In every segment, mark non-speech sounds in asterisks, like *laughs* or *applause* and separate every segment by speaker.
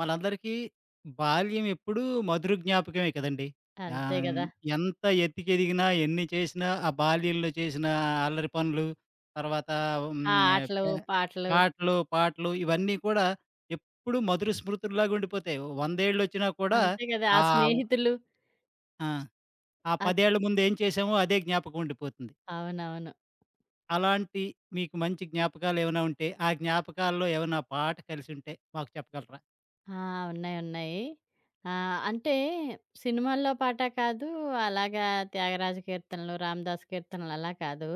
Speaker 1: మనందరికీ బాల్యం ఎప్పుడూ మధుర జ్ఞాపకమే కదండీ!
Speaker 2: అంతే
Speaker 1: ఆహ్,
Speaker 2: గదా!
Speaker 1: ఎంత ఎత్తికెదిగినా, ఎన్ని చేసినా, ఆ బాల్యంలో చేసిన అల్లరి పనులు, తర్వాత
Speaker 2: ఆ
Speaker 1: హ్మ్.
Speaker 2: ఆటలు,
Speaker 1: పే
Speaker 2: పాటలు
Speaker 1: ఆటలు, పాటలు ఇవన్నీ కూడా ఎప్పుడూ మధుర స్మృతుల్లాగా ఉండిపోతాయి. వందేళ్లొచ్చినా కూడా
Speaker 2: అంతే గదా! ఆ
Speaker 1: ఆహ్,
Speaker 2: స్నేహితులు
Speaker 1: ఆ! ఆ
Speaker 2: అద్
Speaker 1: 10 ఏళ్ల ముందు ఏం చేశామో అదే జ్ఞాపకం ఉండిపోతుంది.
Speaker 2: అవునవును.
Speaker 1: అలాంటి మీకు మంచి జ్ఞాపకాలేమైనా ఉంటే, ఆ జ్ఞాపకాల్లో ఏమైనా పాట కలిసుంటే మాకు చెప్పగలరా?
Speaker 2: ఆ! ఉన్నాయి. ఉన్నాయి. ఆ! అంటే సినిమాల్లో పాట కాదు, అలాగా త్యాగరాజ కీర్తనలు, రామదాసు కీర్తనలు అలా కాదు.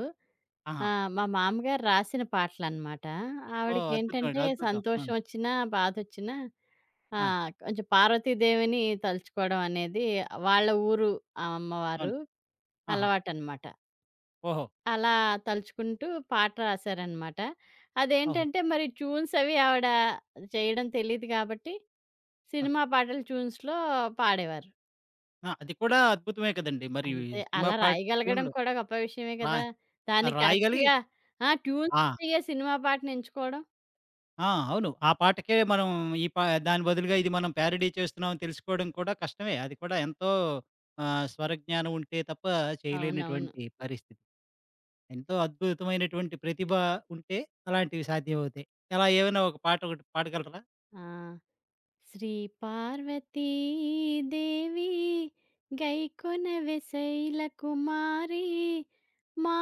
Speaker 1: ఆహా!
Speaker 2: ఆ! మా మామగారు రాసిన పాటలనమాట.
Speaker 1: ఓహ్! అద్భుతం
Speaker 2: ఆవిడకేంటంటే
Speaker 1: అండి. అద్భుతం. ఆ!
Speaker 2: సంతోషం వచ్చినా, బాధొచ్చినా ఆ!
Speaker 1: ఆ!
Speaker 2: కొంచెం పార్వతీదేవిని తలుచుకోవడం అనేది వాళ్ళ ఊరు ఆ అమ్మవారు
Speaker 1: అవును. ఆహా!
Speaker 2: అలవాటనమాట.
Speaker 1: ఓహో!
Speaker 2: అలా తలుచుకుంటూ పాట రాశారనమాట.
Speaker 1: అవును.
Speaker 2: అదేంటంటే మరి ట్యూన్స్ అవి ఆవిడ చేయడం తెలీదు కాబట్టి,
Speaker 1: ఆ!
Speaker 2: సినిమా పాటల ట్యూన్స్‌లో పాడేవారు.
Speaker 1: ఆ! అది కూడా అద్భుతమే కదండీ! మరి
Speaker 2: అంతే.
Speaker 1: సినిమా
Speaker 2: అలా
Speaker 1: పాట
Speaker 2: రాయగలగడం
Speaker 1: ట్యూన్‌లు
Speaker 2: కూడా గొప్ప విషయమే
Speaker 1: రా
Speaker 2: కదా! దానికి
Speaker 1: రాయగలిగి
Speaker 2: కరెక్ట్‌గా ఆ! ట్యూన్స్
Speaker 1: ఆ!
Speaker 2: అయ్యే సినిమా పాటను ఎంచుకోవడం.
Speaker 1: ఆ! అవును. ఆ పాటకే మనం ఈ పా దాని బదులుగా ఇది మనం ప్యారడీ చేస్తున్నామని తెలుసుకోవడం కూడా కష్టమే. అది కూడా ఎంతో స్వరజ్ఞానం ఉంటే తప్ప
Speaker 2: అవునవును.
Speaker 1: చేయలేనటువంటి పరిస్థితి. ఎంతో అద్భుతమైనటువంటి ప్రతిభ ఉంటే అలాంటివి సాధ్యమవుతాయి. అలా ఏమైనా ఒక పాట ఒకటి పాడగలరా?
Speaker 2: ఆ! శ్రీ పార్వతీ దేవి గైకొనవె శైల కుమారి మా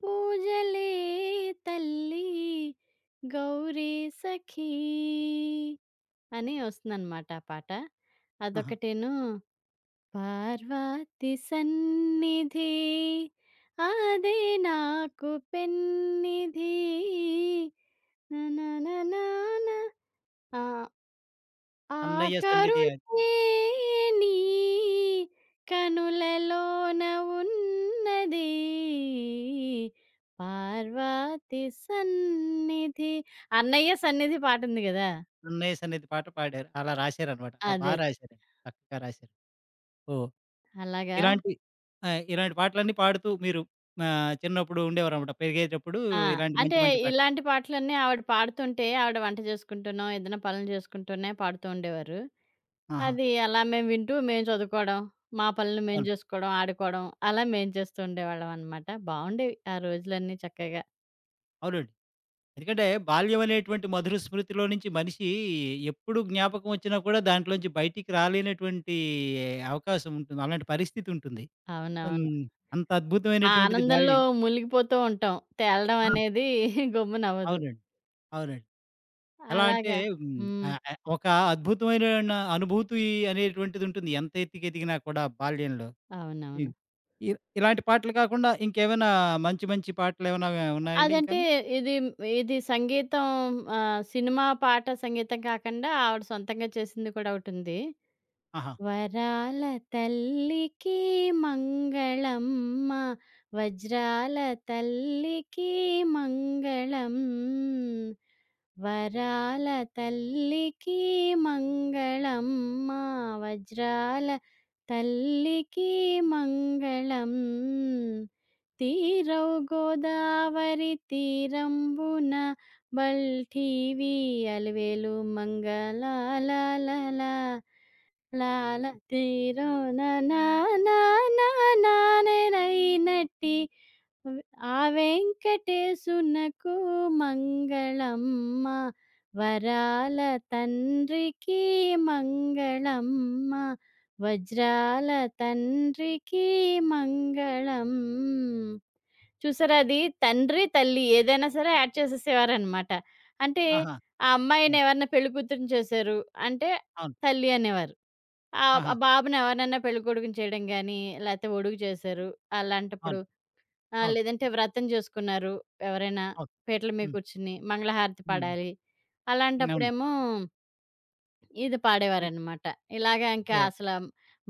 Speaker 2: పూజలే తల్లి గౌరీ సఖీ అని వస్తుందన్నమాట ఆ పాట.
Speaker 1: ఆహా!
Speaker 2: అదొకటేను పార్వతి సన్నిధి అదే నాకు పెన్నిధి ననననాన ఆ!
Speaker 1: 'అన్నయ్య సన్నిధి'
Speaker 2: ఆకరుణే నీ కనులలోన ఉన్నది పార్వతి సన్నిధి. 'అన్నయ్య సన్నిధి' పాటుంది గదా!
Speaker 1: 'అన్నయ్య సన్నిధి' పాట పాడారు. అలా రాశారనమాట. బా
Speaker 2: అదది.
Speaker 1: రాశారండి. చక్కగా రాశారు. ఓహ్!
Speaker 2: అలాగా.
Speaker 1: ఇలాంటి ఆ! ఇలాంటి పాటలన్నీ పాడుతూ మీరు చిన్నప్పుడు ఉండేవారనమాట. పెరిగేటప్పుడు
Speaker 2: ఆ!
Speaker 1: ఇలాంటి
Speaker 2: అంటే
Speaker 1: మంచి మంచి పాట
Speaker 2: ఇలాంటి పాటలన్నీ ఆవిడ పాడుతుంటే, ఆవిడ వంట చేసుకుంటూనో, ఏదైనా పనులు చేసుకుంటూనే పాడుతూ ఉండేవారు.
Speaker 1: ఆహా!
Speaker 2: అది అలా మేము వింటూ, మేము చదువుకోవడం, మా పనులు మేము
Speaker 1: అవును.
Speaker 2: జేసుకోవడం, ఆడుకోవడం అలా మేము చేస్తూ ఉండేవాళ్ళం అనమాట. బావుండేవి ఆ రోజులన్నీ చక్కగా.
Speaker 1: అవునండి. ఎందుకంటే బాల్యం అనేటువంటి మధుర స్మృతిలో నుంచి మనిషి ఎప్పుడు జ్ఞాపకం వచ్చినా కూడా దాంట్లోంచి బయటికి రాలేనటువంటి అవకాశం ఉంటుంది. అలాంటి పరిస్థితి ఉంటుంది. హ్మ్.
Speaker 2: అవునవును.
Speaker 1: అంత
Speaker 2: ఆ
Speaker 1: అద్భుతమైనటువంటిది
Speaker 2: ఆనందంలో
Speaker 1: బాల్యం.
Speaker 2: మునిగిపోతూ ఉంటాం. తేలడం
Speaker 1: ఆ!
Speaker 2: అనేది *laughs* గమ్మునవ్వదు.
Speaker 1: అవునండి. అవునండి. ఎలా అంటే
Speaker 2: అలాగా.
Speaker 1: హ్మ్.
Speaker 2: హ్మ్.
Speaker 1: ఆహ్, ఆహ్, ఒక అద్భుతమైన అనుభూతి అనేటువంటిది ఉంటుంది. ఎంత ఎత్తుకెదిగినా కూడా బాల్యంలో.
Speaker 2: అవునవును.
Speaker 1: హ్మ్. ఇ ఇలాంటి పాటలు కాకుండా ఇంకేమైనా మంచి మంచి పాటలేమైనా ఉన్నాయండి
Speaker 2: అదంటే
Speaker 1: ఇంకాను?
Speaker 2: ఇది ఇది సంగీతం సినిమా పాట సంగీతం కాకుండా ఆవిడ సొంతంగా చేసింది కూడా ఒకటుంది.
Speaker 1: ఆహా!
Speaker 2: వరాల తల్లికి మంగళమ్మ, వజ్రాల తల్లికి మంగళం. వరాల తల్లికి మంగళమ్మ వజ్రాల తల్లికి మంగళం తీరవు గోదావరి తీరంబున బల్ఠీవి అలివేలు మంగళాల లాల తీరం నానైనట్టి ఆ వెంకటేశునకు మంగళమ్మ వరాల తండ్రికి మంగళమ్మ వజ్రాల తండ్రికి మంగళం చూసారా అది తండ్రి తల్లి ఏదైనా సరే యాడ్ చేసేసేవారనమాట అంటే
Speaker 1: ఆహా!
Speaker 2: ఆ అమ్మాయిని
Speaker 1: హ్మ్.
Speaker 2: ఎవరన్నా పెళ్లి కూతురుని చేశారు అంటే
Speaker 1: అవును.
Speaker 2: తల్లి అనేవారు ఆ ఆ
Speaker 1: ఆహా!
Speaker 2: బాబుని ఎవరైనా పెళ్లి కొడుకుని చేయడం కానీ లేకపోతే ఒడుగు చేశారు అలాంటప్పుడు
Speaker 1: అవును.
Speaker 2: ఆ!
Speaker 1: అవును.
Speaker 2: లేదంటే వ్రతం జేసుకున్నారు ఎవరైనా.
Speaker 1: అవును.
Speaker 2: పీటల మీద
Speaker 1: హ్మ్.
Speaker 2: కూర్చొని మంగళహారతి
Speaker 1: హ్మ్.
Speaker 2: పాడాలి.
Speaker 1: హ్మ్. అవును.
Speaker 2: అలాంటప్పుడేమో ఇది
Speaker 1: ఇ
Speaker 2: పాడేవారనమాట. ఇలాగ ఇంకా
Speaker 1: ఓహ్!
Speaker 2: అసల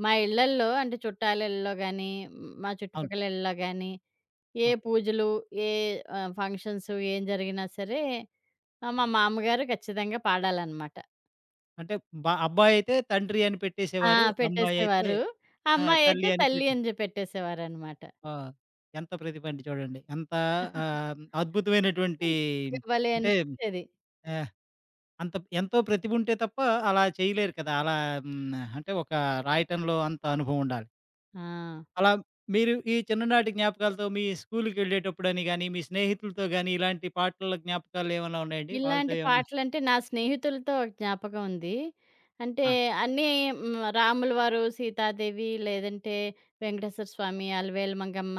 Speaker 2: మా ఇళ్ళల్లో అంటే చుట్టాల ఇళ్ళలో గానీ, మా
Speaker 1: అవును.
Speaker 2: చుట్టుపక్కల ఇళ్ళలో గానీ, ఏ
Speaker 1: ఆ!
Speaker 2: పూజలు, ఏ ఫంక్షన్స్ ఏం జరిగినా సరే మా మామ్మగారు ఖచ్చితంగా పాడాలనమాట.
Speaker 1: అంటే అబ్బాయయితే తండ్రి అని
Speaker 2: ఆ!
Speaker 1: పెట్టేసేవారు. అమ్మాయయితే
Speaker 2: పెట్టేసేవారు.
Speaker 1: ఆ!
Speaker 2: అమ్మాయి అయితే
Speaker 1: తల్లి అని
Speaker 2: తల్లి
Speaker 1: పెట్టి
Speaker 2: అని జె పెట్టేసేవారనమాట.
Speaker 1: ఆ! ఎంత ప్రతిభ అండి చూడండి. ఎంత
Speaker 2: *laughs*
Speaker 1: అద్భుతమైనటువంటి
Speaker 2: భలే
Speaker 1: అంటే
Speaker 2: అనిపిచ్చేది.
Speaker 1: ఆహ్, ఎంతో ప్రతిభ ఉంటే తప్ప అలా చేయలేరు కదా! అలా అంటే ఒక రాయటంలో అంత అనుభవం ఉండాలి.
Speaker 2: ఆ!
Speaker 1: అలా మీరు ఈ చిన్ననాటి జ్ఞాపకాలతో మీ స్కూలుకెళ్ళేటప్పుడని గాని, మీ స్నేహితులతో గాని, ఇలాంటి పాటల జ్ఞాపకాలేమన్నా ఉన్నాయండి? వాళ్ళతో
Speaker 2: ఇలాంటి
Speaker 1: ఏమన్నా?
Speaker 2: పాటలంటే నా స్నేహితులతో ఒక జ్ఞాపకం ఉంది. అంటే
Speaker 1: ఆ!
Speaker 2: అన్నీ హ్మ్. రాములవారు, సీతాదేవి లేదంటే వెంకటేశ్వర స్వామి, అలివేలు మంగమ్మ,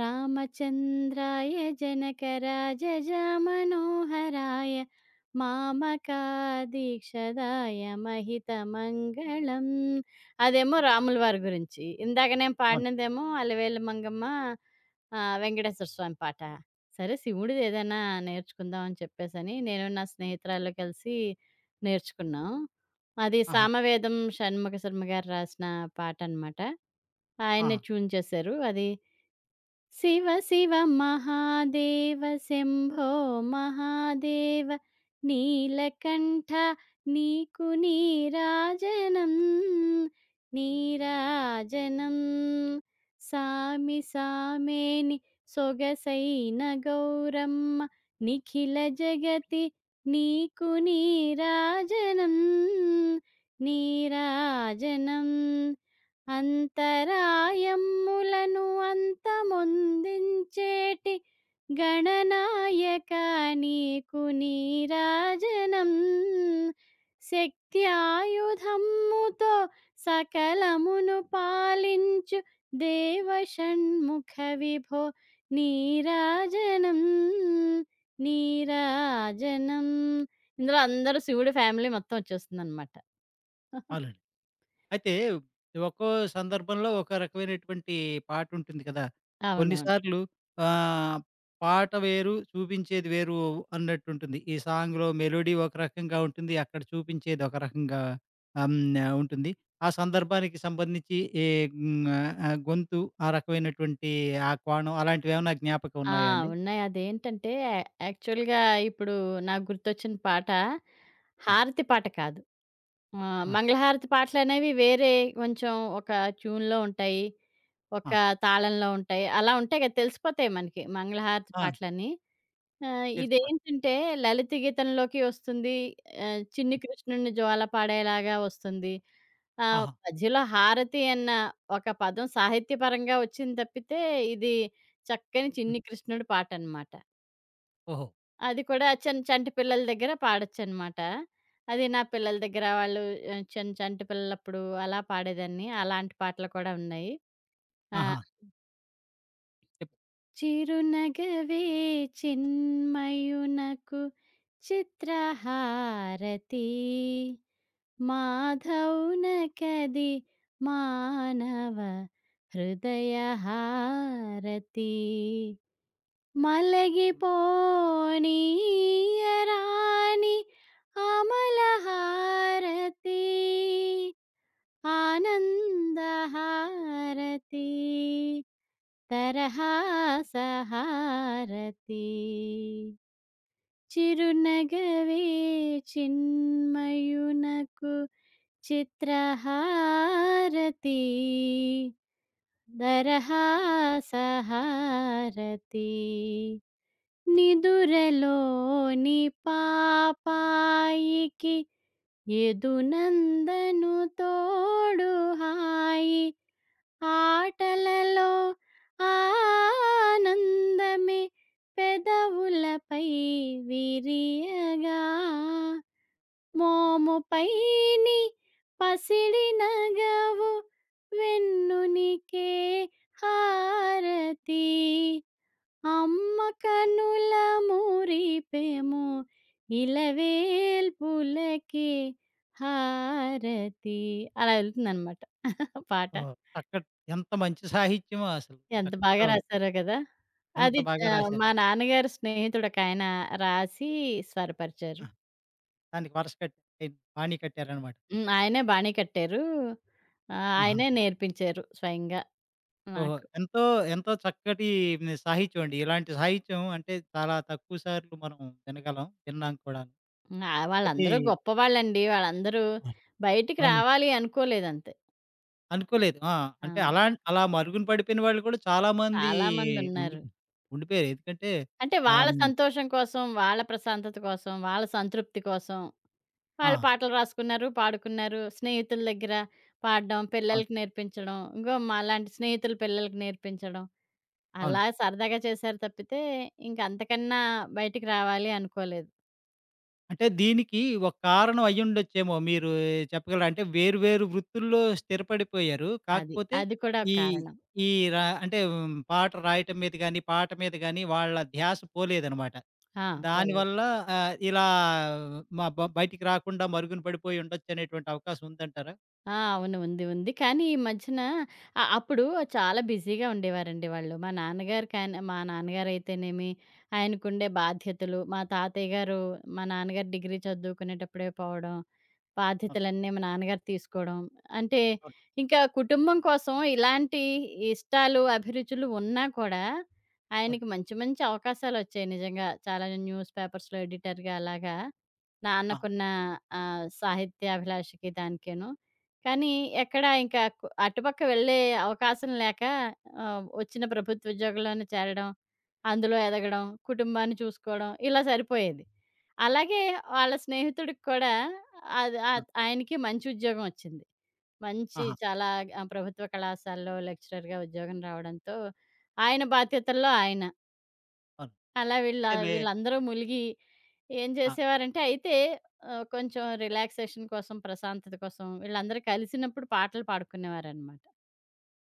Speaker 2: రామచంద్రాయ జనక రాజజ మనోహరాయ మామకా దీక్షదాయ మహిత మంగళం. అదేమో రాములవారి గురించి. ఇందాక నేను
Speaker 1: అవును.
Speaker 2: పాడినదేమో అలివేలు మంగమ్మ వెంకటేశ్వర స్వామి పాట. సరే శివుడిది ఏదైనా నేర్చుకుందాం అని చెప్పేసని, నేను నా స్నేహితురాలు కలిసి నేర్చుకున్నాం. అది
Speaker 1: ఆహా!
Speaker 2: సామవేదం షణ్ముఖ శర్మ గారు రాసిన పాటనమాట. ఆయనే
Speaker 1: ఆహా!
Speaker 2: ట్యూన్ చేశారు. అది శివ శివ మహాదేవ శంభో మహాదేవ నీలకంఠ నీకు నీరాజనం నీరాజనం సామి సామేని సొగసైన గౌరమ్మ నిఖిల జగతి నీకు నీరాజనం నీరాజనం అంతరాయమ్ములను అంతమొందించేటి గణనాయక నీకు నీరాజనం శక్త్యాయుధమ్ముతో సకలమును పాలించు దేవషణ్ముఖ విభో నీరాజనం నీరాజనం ఇందులో అందరూ శివుడి ఫ్యామిలీ మొత్తం వచ్చేస్తుందన్నమాట. *laughs*
Speaker 1: అవునండి. అయితే ఒక్కో సందర్భంలో ఒక రకమైనటువంటి పాటుంటుంది కదా!
Speaker 2: అవునవును.
Speaker 1: కొన్నిసార్లు ఆహ్, పాట వేరు, చూపించేది వేరు అన్నట్టుంటుంది. ఈ సాంగ్‌లో మెలోడీ ఒక రకంగా ఉంటుంది. అక్కడ చూపించేది ఒక రకంగా ఆహ్, హ్మ్. ఉంటుంది. ఆ సందర్భానికి సంబంధించి ఏ హ్మ్. గొంతు ఆ రకమైనటువంటి ఆ కోణం అలాంటివేమన్నా జ్ఞాపకం
Speaker 2: ఆ!
Speaker 1: ఉన్నాయా అండి?
Speaker 2: ఉన్నాయి. అదేంటంటే, యాక్చువల్‌గా ఇప్పుడు నాకు గుర్తొచ్చిన పాట,
Speaker 1: ఆ!
Speaker 2: హారతి పాట కాదు. ఆహ్,
Speaker 1: ఆ!
Speaker 2: మంగళహారతి పాటలనేవి వేరే కొంచెం ఒక ట్యూన్‌లో ఉంటాయి. ఒక
Speaker 1: ఆ!
Speaker 2: తాళంలో ఉంటాయి. అలా ఉంటాయి కదా! తెలిసిపోతాయి మనకి మంగళహారతి
Speaker 1: ఆ!
Speaker 2: పాటలని. ఆ!
Speaker 1: తెలిసిపోతుంది.
Speaker 2: ఇదేంటంటే 'లలిత గీతంలోకి' వస్తుంది. 'చిన్ని కృష్ణుడిని జ్వాల పాడేలాగా' వస్తుంది.
Speaker 1: ఆహా!
Speaker 2: మధ్యలో 'హారతి' అన్న ఒక పదం సాహిత్యపరంగా వచ్చింది తప్పితే, ఇది చక్కని
Speaker 1: హ్మ్.
Speaker 2: చిన్ని కృష్ణుడి పాటనమాట.
Speaker 1: ఓహో!
Speaker 2: అది కూడా చన్ చంటి పిల్లల దగ్గర పాడొచ్చనమాట. అది నా పిల్లల దగ్గర వాళ్ళు చన్ చంటి పిల్లలప్పుడు అలా పాడేదాన్ని. అలాంటి పాటలు కూడా ఉన్నాయి. ఆ!
Speaker 1: ఆహా! చెప్
Speaker 2: చిరునగవే చిన్మయునకు చిత్రహారతి మాధౌనకది మానవ హృదయహారతి మలగిపోనీయరాని అమలహారతి ఆనందహారతి తరహాసహారతి చిరునగవే చిన్మయునకు చిత్రహారతి దరహాసహారతి నిదురలోని పాపాయికి ఎదునందను తోడు హాయి ఆటలలో ఆనందమే పెదవులపై విరియగా మోముపైని పసిడి నగవు వెన్నునికే హారతి అమ్మ కనుల మురిపెము ఇలవేల్పులకే హారతి అలా వెళ్తుందన్నమాట పాట.
Speaker 1: ఓహ్! చక్కటి ఎంత మంచి సాహిత్యమో అసలు
Speaker 2: ఎంత బాగా
Speaker 1: చక్కగా ఉంది.
Speaker 2: రాసారో కదా!
Speaker 1: ఎంత
Speaker 2: అది
Speaker 1: బాగా రాశారు.
Speaker 2: మా నాన్నగారి స్నేహితుడొకాయన రాసి స్వరపరిచారు.
Speaker 1: ఆ! దానికి వరస కట్ అయింది. బాణీ కట్టారనమాట.
Speaker 2: హ్మ్. ఆయనే బాణీ కట్టారు.
Speaker 1: ఆహా!
Speaker 2: ఆయనే నేర్పించారు స్వయంగా
Speaker 1: ఓహో!
Speaker 2: నాకు.
Speaker 1: ఎంతో, ఎంతో చక్కటి హ్మ్, సాహిత్యం అండి. ఇలాంటి సాహిత్యం అంటే చాలా తక్కువ సార్లు మనం వినగలం. విన్నాం కూడాను.
Speaker 2: హ్మ్.
Speaker 1: అది
Speaker 2: వాళ్ళందరూ గొప్పవాళ్ళండి. వాళ్ళందరూ
Speaker 1: ఆ!
Speaker 2: బయటికి
Speaker 1: అవును.
Speaker 2: రావాలి అనుకోలేదంతే.
Speaker 1: అనుకోలేదు. ఆ!
Speaker 2: ఆ!
Speaker 1: అంటే అలా అలా మరుగున పడిపోయిన వాళ్ళు కూడా చాలా మంది ఉండి
Speaker 2: చాలామందున్నారు.
Speaker 1: ఉండిపోయారు. ఎందుకంటే
Speaker 2: అంటే
Speaker 1: ఆహ్,
Speaker 2: వాళ్ళ
Speaker 1: హ్మ్.
Speaker 2: సంతోషం కోసం, వాళ్ళ ప్రశాంతత కోసం, వాళ్ళ సంతృప్తి కోసం
Speaker 1: ఆ!
Speaker 2: వాళ్ళు పాటలు రాసుకున్నారు, పాడుకున్నారు. స్నేహితుల దగ్గర పాడడం,
Speaker 1: అవును.
Speaker 2: పిల్లలకి నేర్పించడం. ఇంగో మాలాంటి స్నేహితుల పిల్లలకి నేర్పించడం.
Speaker 1: అవును.
Speaker 2: అలా సరదాగా చేశారు తప్పితే, ఇంక అంతకన్నా బయటికి రావాలి అనుకోలేదు.
Speaker 1: అంటే దీనికి ఒక కారణం అయ్యుండొచ్చేమో మీరు చెప్పగలరా? అంటే వేరు వేరు వృత్తుల్లో స్థిరపడిపోయారు.
Speaker 2: అది.
Speaker 1: కాకపోతే
Speaker 2: అది కూడా ఒక
Speaker 1: ఈ
Speaker 2: కారణం.
Speaker 1: ఈ అంటే హ్మ్, పాట రాయటం మీద గాని, పాట మీద గాని వాళ్ళ ధ్యాస పోలేదనమాట.
Speaker 2: ఆ! పోలేదు.
Speaker 1: దానివల్ల ఇలా మ బ బయటికి రాకుండా మరుగున పడిపోయి ఉండొచ్చనేటువంటి అవకాశం ఉందంటారా?
Speaker 2: ఆ! అవును. ఉంది. ఉంది. కానీ ఈ మధ్యన అప్పుడు చాలా బిజీగా ఉండేవారండి వాళ్ళు. మా నాన్నగారు కాన్ మా నాన్నగారైతేనేమి ఆయనకుండే బాధ్యతలు, మా తాతయ్య గారు మా నాన్నగారు డిగ్రీ చదువుకునేటప్పుడే పోవడం,
Speaker 1: అవును.
Speaker 2: బాధ్యతలన్నీ మా నాన్నగారు తీసుకోవడం. అంటే
Speaker 1: అవును.
Speaker 2: ఇంకా కుటుంబం కోసం ఇలాంటి ఇష్టాలు, అభిరుచులు ఉన్నా కూడా
Speaker 1: అవును.
Speaker 2: ఆయనకి మంచి మంచి అవకాశాలొచ్చాయి నిజంగా. చాలా న్యూస్ పేపర్స్‌లో ఎడిటర్‌గా అలాగా
Speaker 1: ఆ!
Speaker 2: నాన్నకున్న సాహిత్యాభిలాషకి దానికేను. కానీ ఎక్కడ ఇంకా కు అటుపక్క వెళ్ళే అవకాశం లేక వచ్చిన ప్రభుత్వ ఉద్యోగంలోనే చేరడం, అందులో ఎదగడం, కుటుంబాన్ని చూసుకోవడం ఇలా సరిపోయేది. అలాగే వాళ్ళ స్నేహితుడికి కూడా అది
Speaker 1: ఆ!
Speaker 2: ఆయనకి మంచి ఉద్యోగం వచ్చింది. మంచి
Speaker 1: ఆహా!
Speaker 2: చాలా ప్రభుత్వ కళాశాలలో లెక్చరర్‌గా ఉద్యోగం రావడంతో ఆయన బాధ్యతల్లో ఆయన.
Speaker 1: అవును.
Speaker 2: అలా వీళ్ళ
Speaker 1: అంటే లే
Speaker 2: వీళ్ళందరూ ములిగి ఏం
Speaker 1: ఆ!
Speaker 2: చేసేవారంటే అయితే కొంచెం రిలాక్సేషన్ కోసం, ప్రశాంతత కోసం వీళ్ళందరూ కలిసినప్పుడు పాటలు పాడుకునేవారనమాట.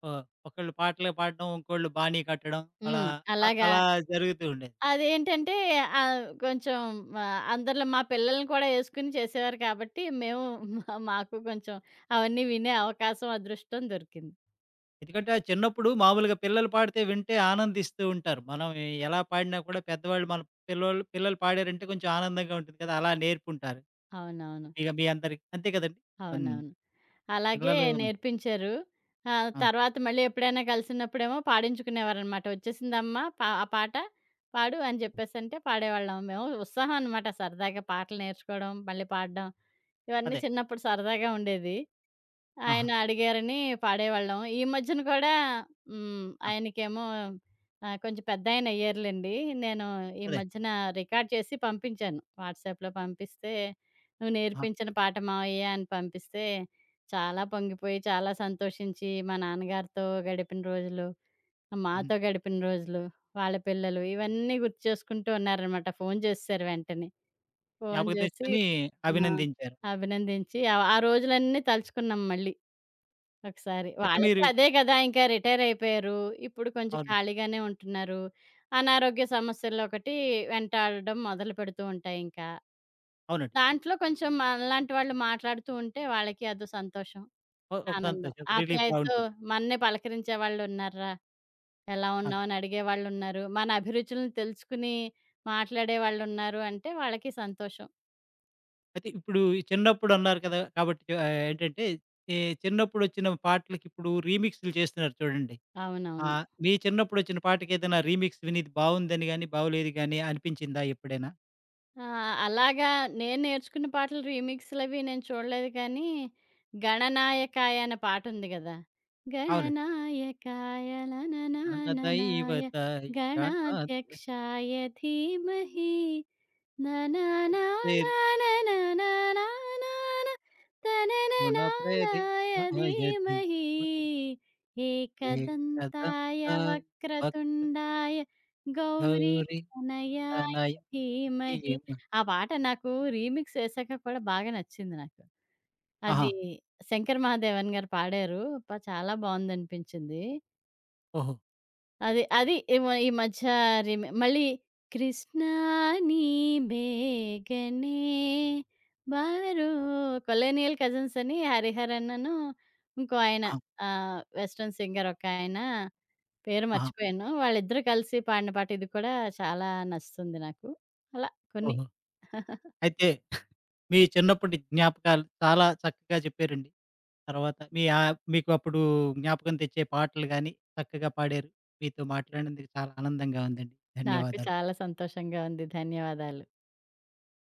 Speaker 1: ఓహ్! ఒకళ్ళు పాటలు పాడడం, ఇంకోళ్ళు బాణీ కట్టడం అలా
Speaker 2: హ్మ్. అలాగా
Speaker 1: అలా జరుగుతూ ఉండేది.
Speaker 2: అదేంటంటే కొంచెం అందరిలో మా పిల్లల్ని కూడా యేసుకుని చేసేవారు కాబట్టి మేము మాకు కొంచెం అవన్నీ వినే అవకాశం, అదృష్టం దొరికింది.
Speaker 1: ఎందుకంటే ఆ చిన్నప్పుడు మామూలుగా పిల్లలు పాడితే వింటే ఆనందిస్తూ ఉంటారు. మనం ఎలా పాడినా కూడా పెద్దవాళ్ళు మన పిల్లలు పాడారంటే కొంచెం ఆనందంగా ఉంటుంది కదా! అలా నేర్పుంటారు.
Speaker 2: అవునవును.
Speaker 1: ఇక మీ అందరికి అంతే కదండీ! హ్మ్.
Speaker 2: అవునవును. అలాగే
Speaker 1: పిల్లలు
Speaker 2: నేర్పించారు. ఆ!
Speaker 1: ఆ!
Speaker 2: తర్వాత మళ్ళీ ఎప్పుడైనా కలిసినప్పుడేమో పాడించుకునేవారనమాట. "వచ్చేసిందమ్మా పా ఆ పాట పాడు" అని చెప్పేసంటే పాడేవాళ్ళం. మేము ఉత్సాహం అనమాట సరదాగా పాటలు నేర్చుకోవడం, మళ్ళీ పాడడం ఇవన్నీ
Speaker 1: అదే.
Speaker 2: చిన్నప్పుడు సరదాగా ఉండేది.
Speaker 1: ఆహా!
Speaker 2: ఆయన అడిగారని పాడేవాళ్ళం. ఈ మధ్యన కూడా హ్మ్.
Speaker 1: ఆ!
Speaker 2: ఆయనకేమో కొంచెం పెద్దాయన అయ్యారులెండి. నేను ఈ
Speaker 1: అదే.
Speaker 2: మధ్యన రికార్డ్ చేసి పంపించాను. వాట్సాప్‌లో పంపిస్తే, "నువ్వు
Speaker 1: ఆహా!
Speaker 2: నేర్పించిన పాట మావయ్య" అని పంపిస్తే, చాలా పొంగిపోయి, చాలా సంతోషించి, మా నాన్నగారితో గడిపిన రోజులు,
Speaker 1: హ్మ్.
Speaker 2: మాతో గడిపిన రోజులు, వాళ్ళ పిల్లలు ఇవన్నీ గుర్తు చేసుకుంటూ ఉన్నారనమాట. ఫోను చేసేశారు వెంటనే. ఫోను
Speaker 1: జ్ఞాపకం
Speaker 2: చేసి
Speaker 1: తెచ్చుకొని
Speaker 2: ఆ!
Speaker 1: అభినందించారు.
Speaker 2: అభినందించి, ఆ ఆ రోజులన్నీ తలుచుకున్నాం మళ్ళీ. ఒకసారి.
Speaker 1: అయితే
Speaker 2: వాళ్ళకి
Speaker 1: మీరు
Speaker 2: అదే గదా! ఇంకా రిటైరయిపోయారు. ఇప్పుడు కొంచెం
Speaker 1: అవును.
Speaker 2: ఖాళీగానే ఉంటున్నారు. అనారోగ్య సమస్యలొకటి వెంటాడడం మొదలు పెడుతూ ఉంటాయి ఇంకా.
Speaker 1: అవునండి.
Speaker 2: దాంట్లో కొంచెం మనలాంటి వాళ్ళు మాట్లాడుతూ ఉంటే వాళ్ళకి అదో సంతోషం,
Speaker 1: ఒక
Speaker 2: ఆనందం.
Speaker 1: సంతోషం. ఒక రిలీఫ్‌లా
Speaker 2: ఆప్యాయతతో
Speaker 1: ఉంటుంది.
Speaker 2: మననే పలకరించే వాళ్ళున్నార్రా, ఎలా
Speaker 1: ఆ!
Speaker 2: ఉన్నావు అని అడిగే వాళ్ళున్నారు. మన అభిరుచులను తెలుసుకుని మాట్లాడే వాళ్ళున్నారు అంటే వాళ్ళకి సంతోషం.
Speaker 1: అయితే ఇప్పుడు ఈ చిన్నప్పుడు అన్నారు కదా! కాబట్టి ఏంటంటే ఈ చిన్నప్పుడొచ్చిన పాటలకిప్పుడు రీమిక్స్‌లు చేస్తున్నారు చూడండి. ఆ!
Speaker 2: అవునవును.
Speaker 1: మీ చిన్నప్పుడొచ్చిన పాటకేదైనా రీమిక్స్ విని ఇది బావుందని గాని, బాగోలేదు గాని అనిపించిందా ఎప్పుడైనా?
Speaker 2: ఆ! అలాగా నేను నేర్చుకున్న పాటలు రీమిక్స్‌లవి నేను చూడలేదు కానీ, 'గణనాయకాయ' అనే పాటుంది గదా!
Speaker 1: అవును.
Speaker 2: గణనాయకాయ లననాననాయ
Speaker 1: గణదైవతాయ గణాధి
Speaker 2: గణాధ్యక్షాయ ధీమహి నా నా నా నా
Speaker 1: గణేరి
Speaker 2: నా నా నా నా నా నా
Speaker 1: గుణప్రధి
Speaker 2: తనననానాయ
Speaker 1: ధాయధి
Speaker 2: ధీమహి
Speaker 1: మహిషే
Speaker 2: ఏకదంతాయ
Speaker 1: కదంతాయ
Speaker 2: వక్రతుండాయ గౌరీ
Speaker 1: వక్రగౌరి
Speaker 2: తనయాయ
Speaker 1: తనయ
Speaker 2: ధీమహి
Speaker 1: ధీమహి
Speaker 2: ఆ పాట నాకు రీమిక్స్ వేశాక కూడా బాగా నచ్చింది నాకు.
Speaker 1: ఆహా!
Speaker 2: అది శంకర్ మహాదేవన్ గారు పాడారు. అబ్బా! చాలా బావుందనిపించింది.
Speaker 1: ఓహో!
Speaker 2: అది. అది ఏమో ఈ మధ్య రీమే మళ్ళీ కృష్ణా నీ బేగనే బారో కొలేనియల్ కజిన్స్ అని హరిహరన్‌ను ఇంకో ఆయన
Speaker 1: ఆహా!
Speaker 2: వెస్టర్న్ సింగర్ ఒకాయన పేరు
Speaker 1: ఆహా!
Speaker 2: మర్చిపోయాను. వాళ్ళిద్దరూ కలిసి పాడిన పాట ఇది కూడా చాలా నచ్చుతుంది నాకు. అలా కొన్ని
Speaker 1: ఓహో! అయితే మీ చిన్నప్పటి జ్ఞాపకాలు చాలా చక్కగా చెప్పారండి. తర్వాత మీ మీకు అప్పుడు జ్ఞాపకం తెచ్చే పాటలు గాని, చక్కగా పాడారు. మీతో మాట్లాడినందుకు చాలా ఆనందంగా ఉందండి.
Speaker 2: నాకు
Speaker 1: ధన్యవాదాలు.
Speaker 2: చాలా సంతోషంగా ఉంది. ధన్యవాదాలు.